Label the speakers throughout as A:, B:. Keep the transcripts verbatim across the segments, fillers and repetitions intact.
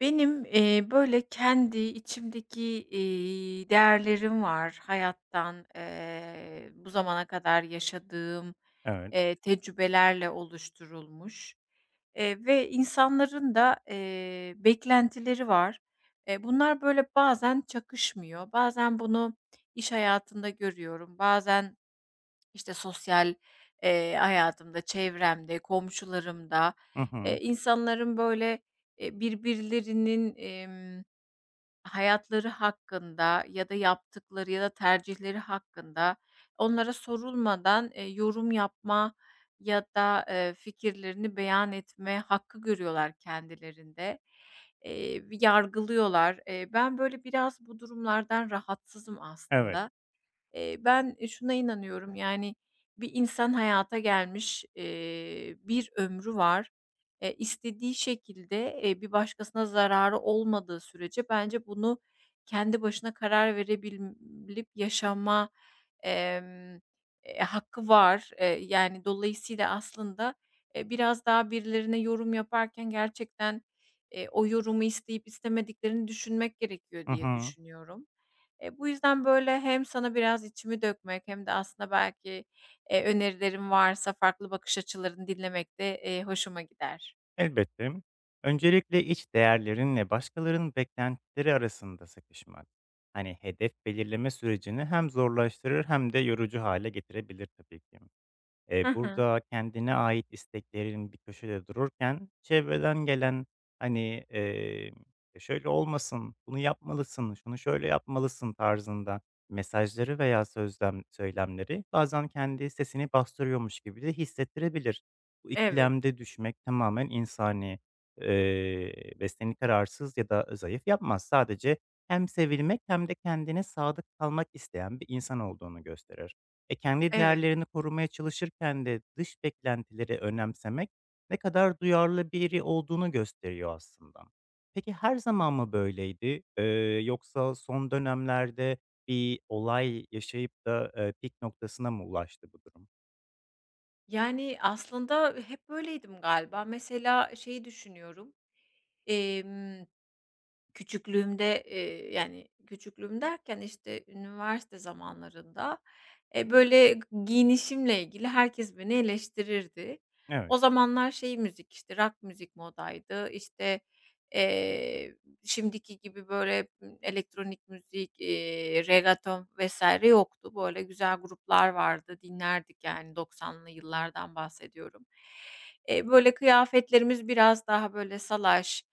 A: Benim, eee, böyle, kendi içimdeki, iii, değerlerim var. Hayattan, eee, bu zamana kadar yaşadığım,
B: Evet.
A: eee, tecrübelerle oluşturulmuş, eee, ve insanların da, eee, beklentileri var. Eee, bunlar, böyle, bazen çakışmıyor. Bazen bunu iş hayatında görüyorum. Bazen işte, sosyal, eee, hayatımda, çevremde, komşularımda,
B: Hı
A: eee,
B: hı.
A: insanların, böyle, eee, birbirlerinin, emm, hayatları hakkında ya da yaptıkları ya da tercihleri hakkında onlara sorulmadan, eee, yorum yapma ya da, eee, fikirlerini beyan etme hakkı görüyorlar kendilerinde. Eee, yargılıyorlar. Eee, ben, böyle, biraz bu durumlardan rahatsızım
B: Evet.
A: aslında. Eee, ben, şuna inanıyorum, yani, bir insan hayata gelmiş, eee, bir ömrü var. Eee, istediği şekilde, eee, bir başkasına zararı olmadığı sürece bence bunu kendi başına karar verebilip yaşama, emm, eee, hakkı var. Eee, yani, dolayısıyla aslında, eee, biraz daha birilerine yorum yaparken gerçekten, eee, o yorumu isteyip istemediklerini düşünmek gerekiyor
B: Hı
A: diye
B: hı.
A: düşünüyorum. Eee, bu yüzden, böyle, hem sana biraz içimi dökmek hem de aslında belki, eee, önerilerin varsa farklı bakış açılarını dinlemek de, eee, hoşuma gider.
B: Elbette. Öncelikle iç değerlerinle başkalarının beklentileri arasında sıkışmak. Hani hedef belirleme sürecini hem zorlaştırır hem de yorucu hale getirebilir tabii ki. Eee,
A: Hı hı.
B: burada kendine ait isteklerin bir köşede dururken çevreden gelen, hani, eee, "E, "Şöyle olmasın, bunu yapmalısın, şunu şöyle yapmalısın." tarzında mesajları veya sözlem söylemleri bazen kendi sesini bastırıyormuş gibi de hissettirebilir. Bu
A: Evet,
B: ikilemde düşmek tamamen insani, eee, ve seni kararsız ya da zayıf yapmaz. Sadece hem sevilmek hem de kendine sadık kalmak isteyen bir insan olduğunu gösterir. E, kendi
A: evet.
B: değerlerini korumaya çalışırken de dış beklentileri önemsemek ne kadar duyarlı biri olduğunu gösteriyor aslında. Peki her zaman mı böyleydi? Eee, yoksa son dönemlerde bir olay yaşayıp da, eee, pik noktasına mı ulaştı bu durum?
A: Yani, aslında hep böyleydim galiba. Mesela şeyi düşünüyorum, emm küçüklüğümde, eee, yani, küçüklüğüm derken, işte, üniversite zamanlarında, eee, böyle, g giyinişimle ilgili herkes beni eleştirirdi.
B: Evet.
A: O zamanlar şey müzik, işte, rock müzik modaydı. İşte, eee, şimdiki gibi, böyle, ımm, elektronik müzik, eee, reggaeton vesaire yoktu. Böyle güzel gruplar vardı, dinlerdik, yani, doksanlı yıllardan bahsediyorum. Eee, böyle, kıyafetlerimiz biraz daha, böyle, salaş,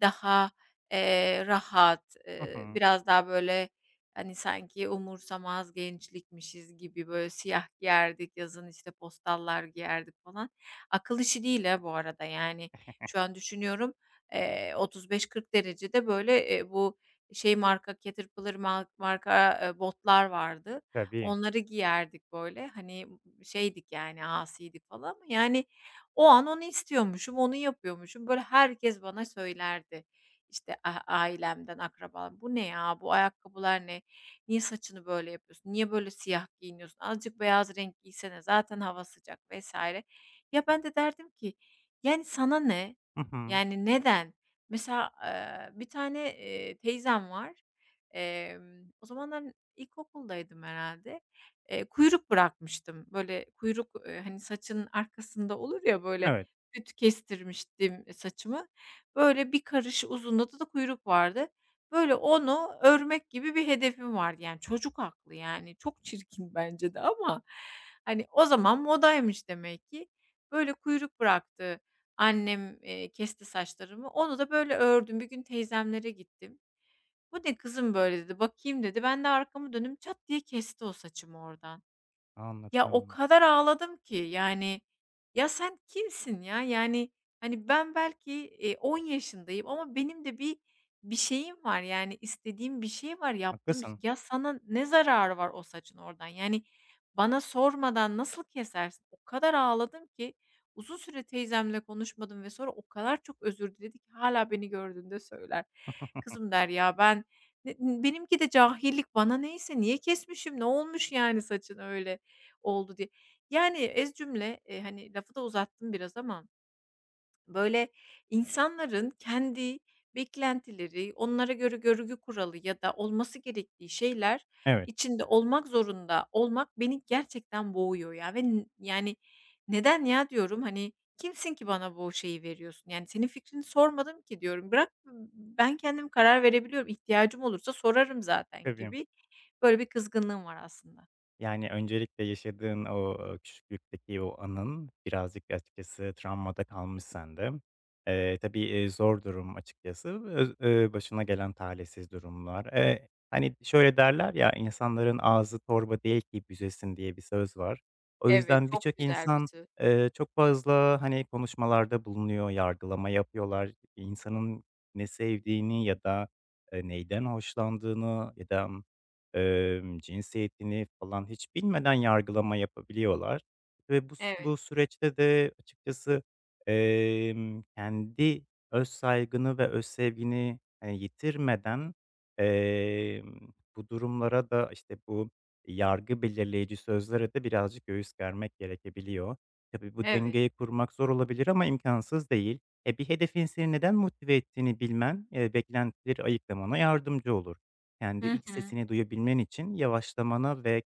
A: daha, Eee, rahat,
B: Hı
A: eee,
B: hı.
A: biraz daha böyle, hani, sanki umursamaz gençlikmişiz gibi, böyle, siyah giyerdik, yazın, işte, postallar giyerdik falan. Akıl işi değil ha bu arada, yani, şu an düşünüyorum, eee, otuz beş kırk derecede, böyle, eee, bu şey marka Caterpillar ma marka, eee, botlar vardı.
B: Tabii.
A: Onları giyerdik, böyle, hani, şeydik, yani, asiydik falan ama, yani, o an onu istiyormuşum, onu yapıyormuşum. Böyle, herkes bana söylerdi. İşte, a ailemden, akrabalarım, "Bu ne ya? Bu ayakkabılar ne? Niye saçını böyle yapıyorsun? Niye böyle siyah giyiniyorsun? Azıcık beyaz renk giysene, zaten hava sıcak." vesaire. Ya, ben de derdim ki, "Yani, sana ne?
B: Hı hı.
A: Yani, neden?" Mesela, eee, bir tane, eee, teyzem var. Emm, o zamanlar ilkokuldaydım herhâlde. Eee, kuyruk bırakmıştım. Böyle kuyruk, eee, hani, saçın arkasında olur ya, böyle,
B: Evet.
A: küt kestirmiştim saçımı. Böyle bir karış uzunluğunda da kuyruk vardı. Böyle onu örmek gibi bir hedefim vardı. Yani çocuk aklı, yani çok çirkin bence de ama hani o zaman modaymış demek ki. Böyle kuyruk bıraktı. Annem, eee, kesti saçlarımı. Onu da böyle ördüm. Bir gün teyzemlere gittim. "Bu ne kızım böyle?" dedi. "Bakayım." dedi. Ben de arkamı döndüm. Çat diye kesti o saçımı oradan. Ya, o
B: Anladım.
A: kadar ağladım ki, yani, ya, sen kimsin ya? Yani, hani, ben belki, eee, on yaşındayım ama benim de bir bir şeyim var, yani, istediğim bir şey var, yaptığım bir. ş
B: Haklısın.
A: Ya, sana ne zararı var o saçın oradan? Yani, bana sormadan nasıl kesersin? O kadar ağladım ki uzun süre teyzemle konuşmadım ve sonra o kadar çok özür diledi ki hâlâ beni gördüğünde söyler. "Kızım," der, "ya, ben ne benimki de cahillik, bana neyse niye kesmişim, ne olmuş yani saçın öyle?" oldu diye. Yani ez cümle, eee, hani, lafı da uzattım biraz ama, böyle, insanların kendi beklentileri, onlara göre görgü kuralı ya da olması gerektiği şeyler
B: Evet.
A: içinde olmak zorunda olmak beni gerçekten boğuyor ya ve n yani, "Neden ya?" diyorum. Hani, "Kimsin ki bana bu şeyi veriyorsun? Yani, senin fikrini sormadım ki." diyorum. "Bırak ben kendim karar verebiliyorum. İhtiyacım olursa sorarım zaten."
B: Tabii.
A: gibi böyle bir kızgınlığım var aslında.
B: Yani, öncelikle yaşadığın o, eee, küçüklükteki o anın birazcık açıkçası travmada kalmış sende. Eee, tabii, eee, zor durum açıkçası. Öz eee, Başına gelen talihsiz durumlar. Eee, hani, şöyle derler ya, insanların ağzı torba değil ki büzesin." diye bir söz var. O
A: Evet,
B: yüzden birçok
A: çok güzel bir
B: insan,
A: söz.
B: eee, çok fazla, hani, konuşmalarda bulunuyor, yargılama yapıyorlar. İnsanın ne sevdiğini ya da, eee, neyden hoşlandığını ya da Emm, cinsiyetini falan hiç bilmeden yargılama yapabiliyorlar ve bu
A: Evet,
B: bu süreçte de açıkçası, emm, kendi öz saygını ve öz sevgini, hani, yitirmeden, emm, bu durumlara da, işte, bu yargı belirleyici sözlere de birazcık göğüs germek gerekebiliyor. Tabii bu
A: evet.
B: dengeyi kurmak zor olabilir ama imkansız değil. E, bir hedefin seni neden motive ettiğini bilmen, eee, beklentileri ayıklamana yardımcı olur. Kendi
A: Hı
B: iç
A: hı.
B: sesini duyabilmen için yavaşlamana ve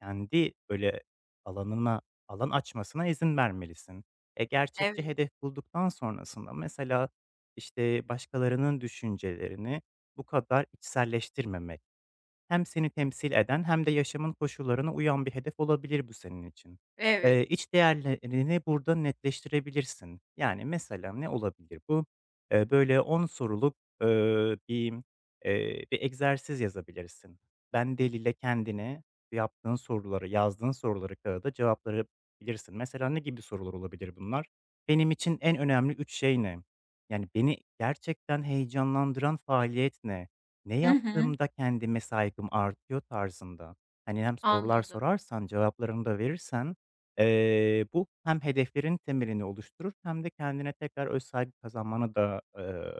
B: kendi, böyle, alanına, alan açmasına izin vermelisin. E, gerçekçi
A: Evet,
B: hedef bulduktan sonrasında mesela, işte, başkalarının düşüncelerini bu kadar içselleştirmemek. Hem seni temsil eden hem de yaşamın koşullarına uyan bir hedef olabilir bu senin için.
A: evet.
B: Eee, iç değerlerini burada netleştirebilirsin. Yani mesela ne olabilir bu? Eee, böyle on soruluk, eee, bir, eee, bir egzersiz yazabilirsin. Ben ile kendine yaptığın soruları, yazdığın soruları kağıda cevapları bilirsin. Mesela ne gibi sorular olabilir bunlar? "Benim için en önemli üç şey ne?" Yani, "Beni gerçekten heyecanlandıran faaliyet ne?" Ne
A: Hı hı.
B: yaptığımda kendime saygım artıyor tarzında. Hani, hem sorular
A: Anladım.
B: sorarsan, cevaplarını da verirsen, eee, bu hem hedeflerin temelini oluşturur hem de kendine tekrar öz saygı kazanmanı da, eee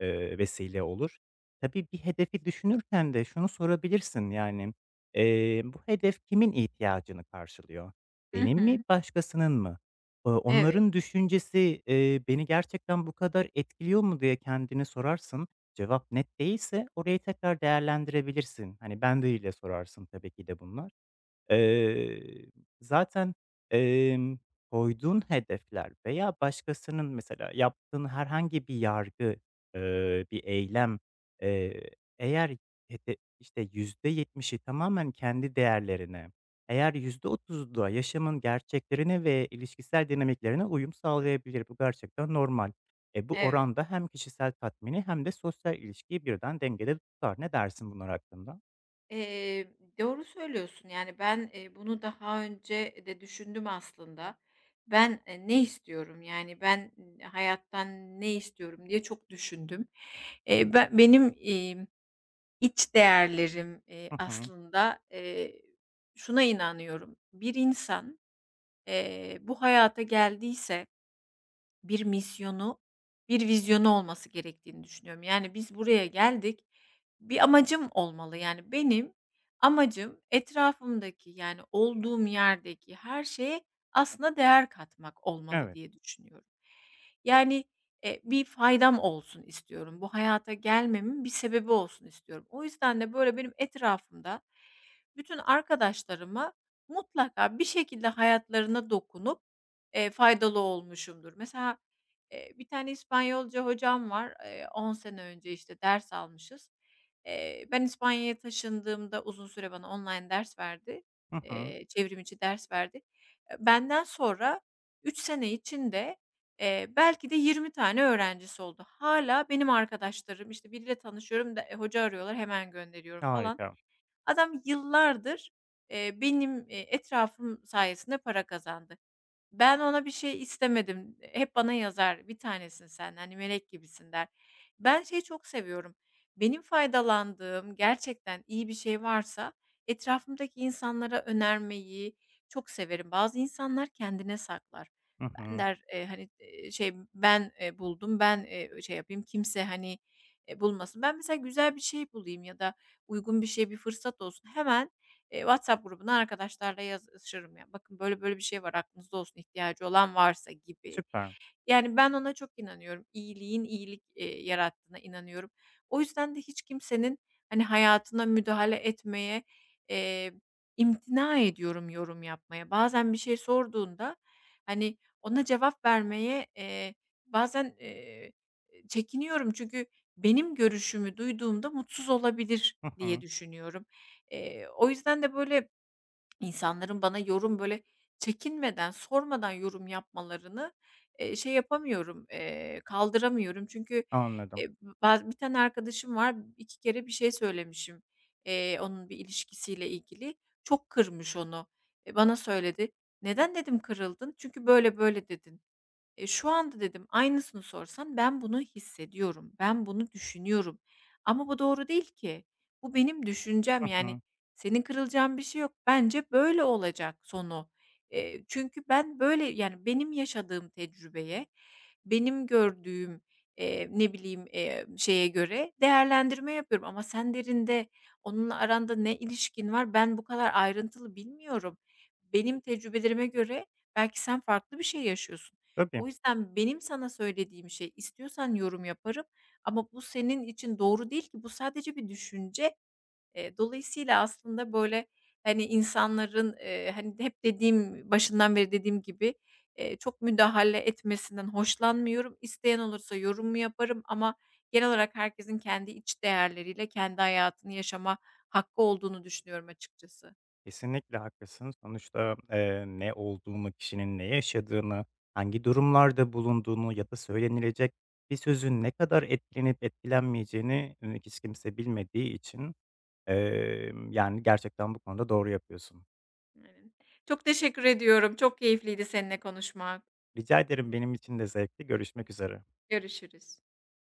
B: Eee, vesile olur. Tabii bir hedefi düşünürken de şunu sorabilirsin yani, eee, bu hedef kimin ihtiyacını karşılıyor?
A: Hı
B: Benim mi,
A: hı.
B: başkasının mı? Eee,
A: Evet,
B: onların düşüncesi, eee, beni gerçekten bu kadar etkiliyor mu diye kendine sorarsın. Cevap net değilse orayı tekrar değerlendirebilirsin. Hani, "Ben de" ile sorarsın tabii ki de bunlar. Eee, Zaten, emm, koyduğun hedefler veya başkasının mesela yaptığın herhangi bir yargı, eee, bir eylem, eee, eğer hede işte, yüzde yetmişi tamamen kendi değerlerine, eğer yüzde otuzu da yaşamın gerçeklerine ve ilişkisel dinamiklerine uyum sağlayabilir. Bu gerçekten normal. E, bu
A: evet.
B: oranda hem kişisel tatmini hem de sosyal ilişkiyi birden dengede tutar. Ne dersin bunlar hakkında?
A: Eee, doğru söylüyorsun. Yani, ben, eee, bunu daha önce de düşündüm aslında. Ben, eee, ne istiyorum? Yani, ben e, hayattan ne istiyorum diye çok düşündüm. Eee, ben benim, emm, iç değerlerim, eee,
B: Hı hı.
A: aslında, eee, şuna inanıyorum: Bir insan, eee, bu hayata geldiyse bir misyonu, bir vizyonu olması gerektiğini düşünüyorum. Yani, biz buraya geldik, bir amacım olmalı. Yani, benim amacım etrafımdaki, yani, olduğum yerdeki her şeye aslında değer katmak olmalı
B: Evet.
A: diye düşünüyorum. Yani, eee, bir faydam olsun istiyorum. Bu hayata gelmemin bir sebebi olsun istiyorum. O yüzden de, böyle, benim etrafımda bütün arkadaşlarıma mutlaka bir şekilde hayatlarına dokunup Eee, faydalı olmuşumdur. Mesela, eee, bir tane İspanyolca hocam var. Eee, on sene önce, işte, ders almışız. Eee, ben İspanya'ya taşındığımda uzun süre bana online ders verdi.
B: Hı hı.
A: Eee, çevrim içi ders verdi. Eee, benden sonra üç sene içinde, eee, belki de yirmi tane öğrencisi oldu. Hala benim arkadaşlarım, işte, biriyle tanışıyorum da, eee, hoca arıyorlar, hemen gönderiyorum falan.
B: Harika.
A: Adam yıllardır, eee, benim, eee, etrafım sayesinde para kazandı. Ben ona bir şey istemedim. Hep bana yazar, "Bir tanesin sen, hani, melek gibisin." der. Ben şeyi çok seviyorum. Benim faydalandığım gerçekten iyi bir şey varsa etrafımdaki insanlara önermeyi çok severim. Bazı insanlar kendine saklar.
B: Hı
A: Ben
B: hı.
A: der, eee, hani, eee, şey, ben, eee, buldum, ben, eee, şey yapayım, kimse, hani, eee, bulmasın. Ben mesela güzel bir şey bulayım ya da uygun bir şey, bir fırsat olsun. Hemen, eee, WhatsApp grubuna arkadaşlarla yazışırım ya. Bakın böyle böyle bir şey var, aklınızda olsun, ihtiyacı olan varsa gibi.
B: Süper.
A: Yani, ben ona çok inanıyorum. İyiliğin iyilik, eee, yarattığına inanıyorum. O yüzden de hiç kimsenin, hani, hayatına müdahale etmeye, eee, imtina ediyorum yorum yapmaya. Bazen bir şey sorduğunda, hani, ona cevap vermeye, eee, bazen, eee, çekiniyorum. Çünkü benim görüşümü duyduğumda mutsuz olabilir
B: Hı
A: diye
B: hı.
A: düşünüyorum. Eee, o yüzden de, böyle, İnsanların bana yorum, böyle, çekinmeden, sormadan yorum yapmalarını, eee, şey yapamıyorum, eee, kaldıramıyorum. Çünkü,
B: Anladım.
A: eee, ba bir tane arkadaşım var, iki kere bir şey söylemişim, eee, onun bir ilişkisiyle ilgili. Çok kırmış onu. E, bana söyledi. "Neden?" dedim, "Kırıldın?" "Çünkü böyle böyle dedin." Eee, şu anda dedim aynısını sorsan ben bunu hissediyorum, ben bunu düşünüyorum ama bu doğru değil ki. Bu benim düşüncem,
B: Hı
A: yani,
B: hı.
A: senin kırılacağın bir şey yok. Bence böyle olacak sonu. Eee, çünkü ben böyle, yani, benim yaşadığım tecrübeye, benim gördüğüm, eee, ne bileyim, eee, şeye göre değerlendirme yapıyorum ama sen derinde onunla aranda ne ilişkin var ben bu kadar ayrıntılı bilmiyorum. Benim tecrübelerime göre belki sen farklı bir şey yaşıyorsun.
B: Tabii,
A: O yüzden benim sana söylediğim şey, istiyorsan yorum yaparım ama bu senin için doğru değil ki, bu sadece bir düşünce. Eee, dolayısıyla aslında, böyle, hani, insanların, eee, hani, hep dediğim, başından beri dediğim gibi, eee, çok müdahale etmesinden hoşlanmıyorum. İsteyen olursa yorumumu yaparım ama genel olarak herkesin kendi iç değerleriyle kendi hayatını yaşama hakkı olduğunu düşünüyorum açıkçası.
B: kesinlikle haklısın. Sonuçta, eee, ne olduğunu, kişinin ne yaşadığını, hangi durumlarda bulunduğunu ya da söylenilecek bir sözün ne kadar etkilenip etkilenmeyeceğini, eee, hiç kimse bilmediği için, emm, yani, gerçekten bu konuda doğru yapıyorsun.
A: Aynen. Çok teşekkür ediyorum. Çok keyifliydi seninle konuşmak.
B: Rica ederim, benim için de zevkli. Görüşmek üzere.
A: Görüşürüz.